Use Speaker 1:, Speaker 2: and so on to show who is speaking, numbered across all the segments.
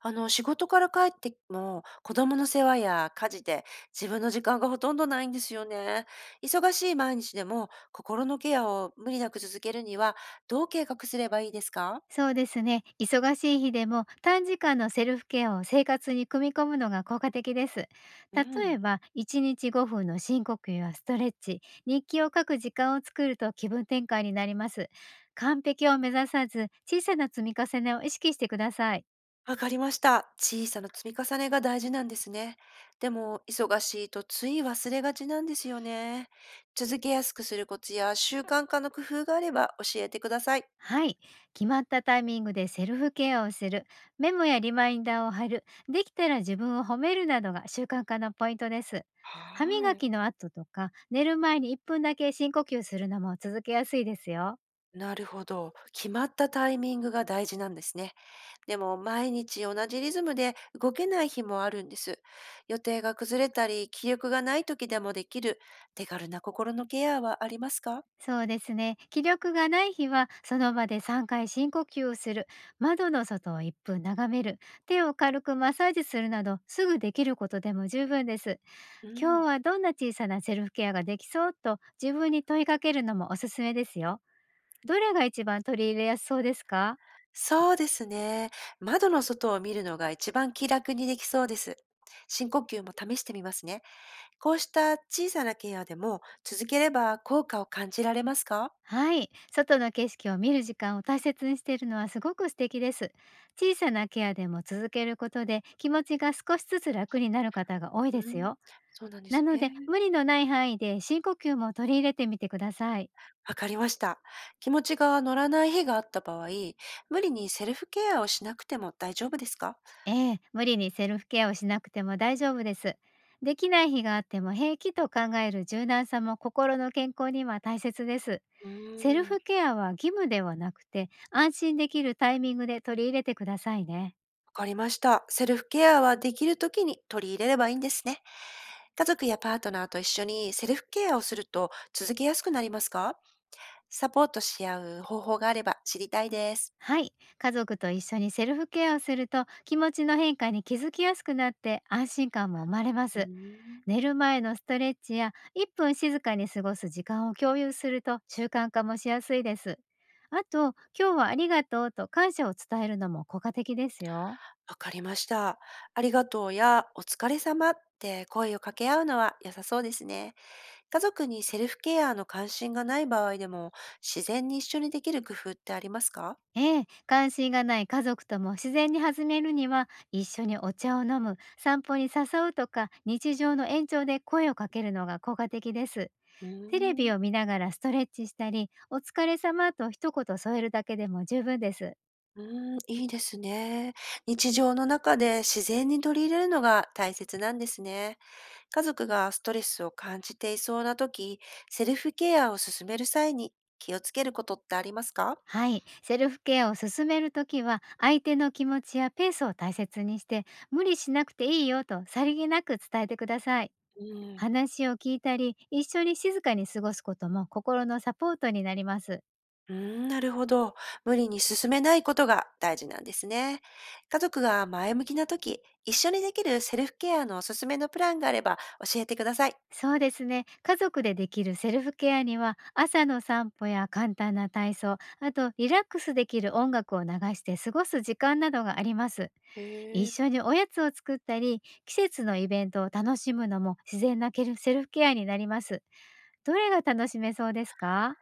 Speaker 1: 仕事から帰っても、子供の世話や家事で自分の時間がほとんどないんですよね。忙しい毎日でも、心のケアを無理なく続けるには、どう計画すればいいですか？
Speaker 2: そうですね。忙しい日でも短時間のセルフケアを生活に組み込むのが効果的です。
Speaker 1: う
Speaker 2: 例え
Speaker 1: ん、
Speaker 2: ば、1日5分の深呼吸やストレッチ、日記を書く時間を作ると気分転換になります。完璧を目指さず、小さな積み重ねを意識してください。
Speaker 1: わかりました。小さな積み重ねが大事なんですね。でも、忙しいとつい忘れがちなんですよね。続けやすくするコツや習慣化の工夫があれば教えてください。
Speaker 2: はい。決まったタイミングでセルフケアをする、メモやリマインダーを貼る、できたら自分を褒めるなどが習慣化のポイントです。歯
Speaker 1: は
Speaker 2: 磨
Speaker 1: い。
Speaker 2: きの後とか、寝る前に1分だけ深呼吸するのも続けやすいですよ。
Speaker 1: なるほど。決まったタイミングが大事なんですね。でも毎日同じリズムで動けない日もあるんです。予定が崩れたり、気力がない時でもできる手軽な心のケアはありますか？
Speaker 2: そうですね。気力がない日は、その場で3回深呼吸をする、窓の外を1分眺める、手を軽くマッサージするなど、すぐできることでも十分です。
Speaker 1: う
Speaker 2: 今日
Speaker 1: ん。
Speaker 2: はどんな小さなセルフケアができそうと自分に問いかけるのもおすすめですよ。どれが一番取り入れやすそうですか？
Speaker 1: そうですね。窓の外を見るのが一番気楽にできそうです。深呼吸も試してみますね。こうした小さなケアでも続ければ効果を感じられますか？
Speaker 2: はい。外の景色を見る時間を大切にしているのはすごく素敵です。小さなケアでも続けることで気持ちが少しずつ楽になる方が多いで
Speaker 1: う
Speaker 2: す
Speaker 1: ん。
Speaker 2: よ。
Speaker 1: そうなんで
Speaker 2: な
Speaker 1: す
Speaker 2: ので、
Speaker 1: ね。
Speaker 2: 無理のない範囲で深呼吸も取り入れてみてください。
Speaker 1: わかりました。気持ちが乗らない日があった場合、無理にセルフケアをしなくても大丈夫ですか？
Speaker 2: ええ、無理にセルフケアをしなくても大丈夫です。できない日があっても平気と考える柔軟さも心の健康には大切です。
Speaker 1: う
Speaker 2: セル
Speaker 1: ーん、わ
Speaker 2: フケアは義務ではなくて、安心できるタイミングで取り入れてくださいね。
Speaker 1: かりました。セルフケアはできるときに取り入れればいいんですね。家族やパートナーと一緒にセルフケアをすると続けやすくなりますか？サポートし合う方法があれば知りたいです。
Speaker 2: はい。家族と一緒にセルフケアをすると、気持ちの変化に気づきやすくなって安心感も生まれま
Speaker 1: うー
Speaker 2: す。
Speaker 1: ん、
Speaker 2: 寝る前のストレッチや1分静かに過ごす時間を共有すると、習慣化もしやすいです。あと、今日はありがとうと感謝を伝えるのも効果的ですよ。
Speaker 1: わかりました。ありがとうやお疲れ様って声を掛け合うのは良さそうですね。家族にセルフケアの関心がない場合でも自然に一緒にできる工夫ってありますか？
Speaker 2: ええ、関心がない家族とも自然に弾めるには、一緒にお茶を飲む、散歩に誘うとか、日常の延長で声をかけるのが効果的です。
Speaker 1: うー
Speaker 2: テレビ
Speaker 1: ん
Speaker 2: を見ながらストレッチしたり、お疲れ様と一言添えるだけでも十分です。
Speaker 1: うーん、いいですね。日常の中で自然に取り入れるのが大切なんですね。家族がストレスを感じていそうな時、セルフケアを進める際に気をつけることってありますか？
Speaker 2: はい。セルフケアを進めるときは、相手の気持ちやペースを大切にして、無理しなくていいよとさりげなく伝えてください。
Speaker 1: うん、
Speaker 2: 話を聞いたり、一緒に静かに過ごすことも心のサポートになります。
Speaker 1: うーん、なるほど。無理に進めないことが大事なんですね。家族が前向きな時、一緒にできるセルフケアのおすすめのプランがあれば教えてください。
Speaker 2: そうですね。家族でできるセルフケアには、朝の散歩や簡単な体操、あとリラックスできる音楽を流して過ごす時間などがあります。
Speaker 1: へ
Speaker 2: 一
Speaker 1: え。
Speaker 2: 緒におやつを作ったり、季節のイベントを楽しむのも自然なケルセルフケアになります。どれが楽しめそうですか？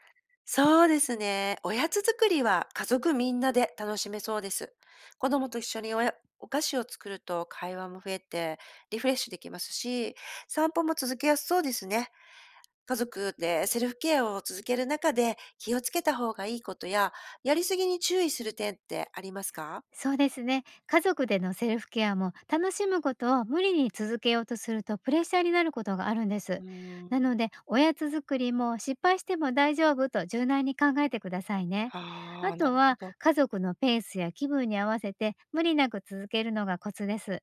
Speaker 1: そうですね。おやつ作りは家族みんなで楽しめそうです。子供と一緒にお菓子を作ると会話も増えてリフレッシュできますし、散歩も続けやすそうですね。家族でセルフケアを続ける中で気をつけた方がいいことや、やりすぎに注意する点ってありますか？
Speaker 2: そうですね。家族でのセルフケアも、楽しむことを無理に続けようとするとプレッシャーになることがあるんです。
Speaker 1: うー
Speaker 2: なの
Speaker 1: ん、
Speaker 2: で、おやつ作りも失敗しても大丈夫と柔軟に考えてくださいね。
Speaker 1: あ
Speaker 2: あ
Speaker 1: あ、な
Speaker 2: と
Speaker 1: るほ
Speaker 2: は、
Speaker 1: ど。
Speaker 2: 家族のペースや気分に合わせて無理なく続けるのがコツです。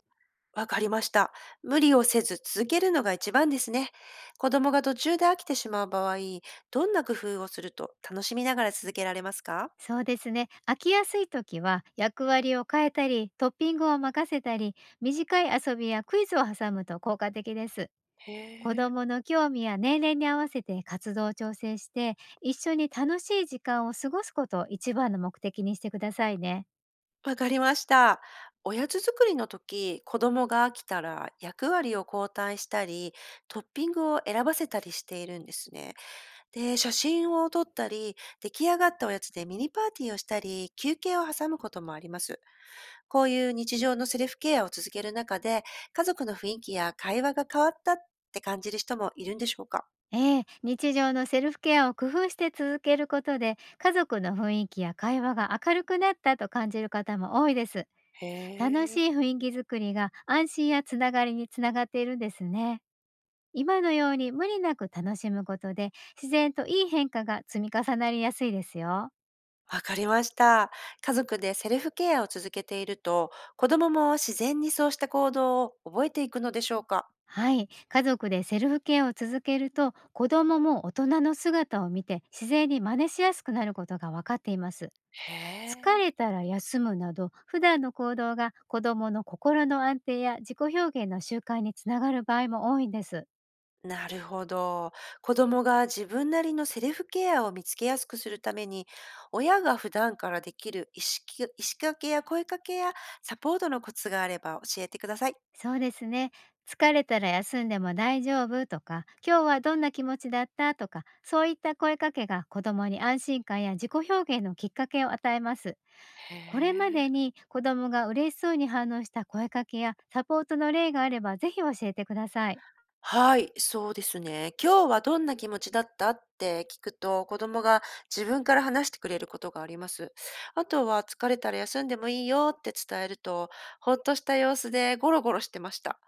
Speaker 1: わかりました。無理をせず続けるのが一番ですね。子供が途中で飽きてしまう場合、どんな工夫をすると楽しみながら続けられますか？
Speaker 2: そうですね。飽きやすい時は役割を変えたり、トッピングを任せたり、短い遊びやクイズを挟むと効果的です。子
Speaker 1: へえ。
Speaker 2: 供の興味や年齢に合わせて活動を調整して、一緒に楽しい時間を過ごすことを一番の目的にしてくださいね。
Speaker 1: わかりました。おやつ作りの時、子供が飽きたら役割を交代したり、トッピングを選ばせたりしているんですね。で、写真を撮ったり、出来上がったおやつでミニパーティーをしたり、休憩を挟むこともあります。こういう日常のセルフケアを続ける中で、家族の雰囲気や会話が変わったって感じる人もいるんでしょうか？
Speaker 2: ええ、日常のセルフケアを工夫して続けることで、家族の雰囲気や会話が明るくなったと感じる方も多いです。
Speaker 1: へ
Speaker 2: 楽
Speaker 1: え。
Speaker 2: しい雰囲気づくりが安心やつながりにつながっているんですね。今のように無理なく楽しむことで、自然といい変化が積み重なりやすいですよ。
Speaker 1: わかりました。家族でセルフケアを続けていると、子供も自然にそうした行動を覚えていくのでしょうか？
Speaker 2: はい、家族でセルフケアを続けると、子供も大人の姿を見て自然に真似しやすくなることが分かっています。
Speaker 1: へ
Speaker 2: 疲
Speaker 1: え。
Speaker 2: れたら休むなど、普段の行動が子供の心の安定や自己表現の習慣につながる場合も多いんです。
Speaker 1: なるほど。子供が自分なりのセルフケアを見つけやすくするために、親が普段からできる意識かけや声かけやサポートのコツがあれば教えてください。
Speaker 2: そうですね。疲れたら休んでも大丈夫とか、今日はどんな気持ちだったとか、そういった声かけが子供に安心感や自己表現のきっかけを与えます。
Speaker 1: へ
Speaker 2: これま
Speaker 1: え。
Speaker 2: でに子供が嬉しそうに反応した声かけやサポートの例があれば、ぜひ教えてください。
Speaker 1: はい、そうですね。今日はどんな気持ちだったって聞くと、子供が自分から話してくれることがあります。あとは疲れたら休んでもいいよって伝えると、ほっとした様子でゴロゴロしてました。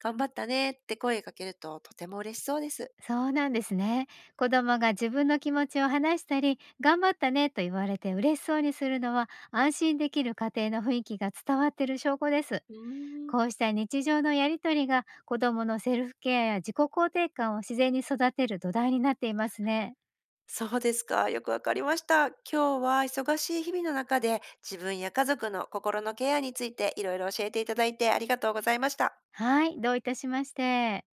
Speaker 1: 頑張ったねって声かけるととても嬉しそうです。
Speaker 2: そうなんですね。子供が自分の気持ちを話したり、頑張ったねと言われて嬉しそうにするのは、安心できる家庭の雰囲気が伝わっている証拠です。
Speaker 1: うーん、
Speaker 2: こうした日常のやりとりが、子どものセルフケアや自己肯定感を自然に育てる土台になっていますね。
Speaker 1: そうですか。よくわかりました。今日は忙しい日々の中で自分や家族の心のケアについていろいろ教えていただいてありがとうございました。
Speaker 2: はい、どういたしまして。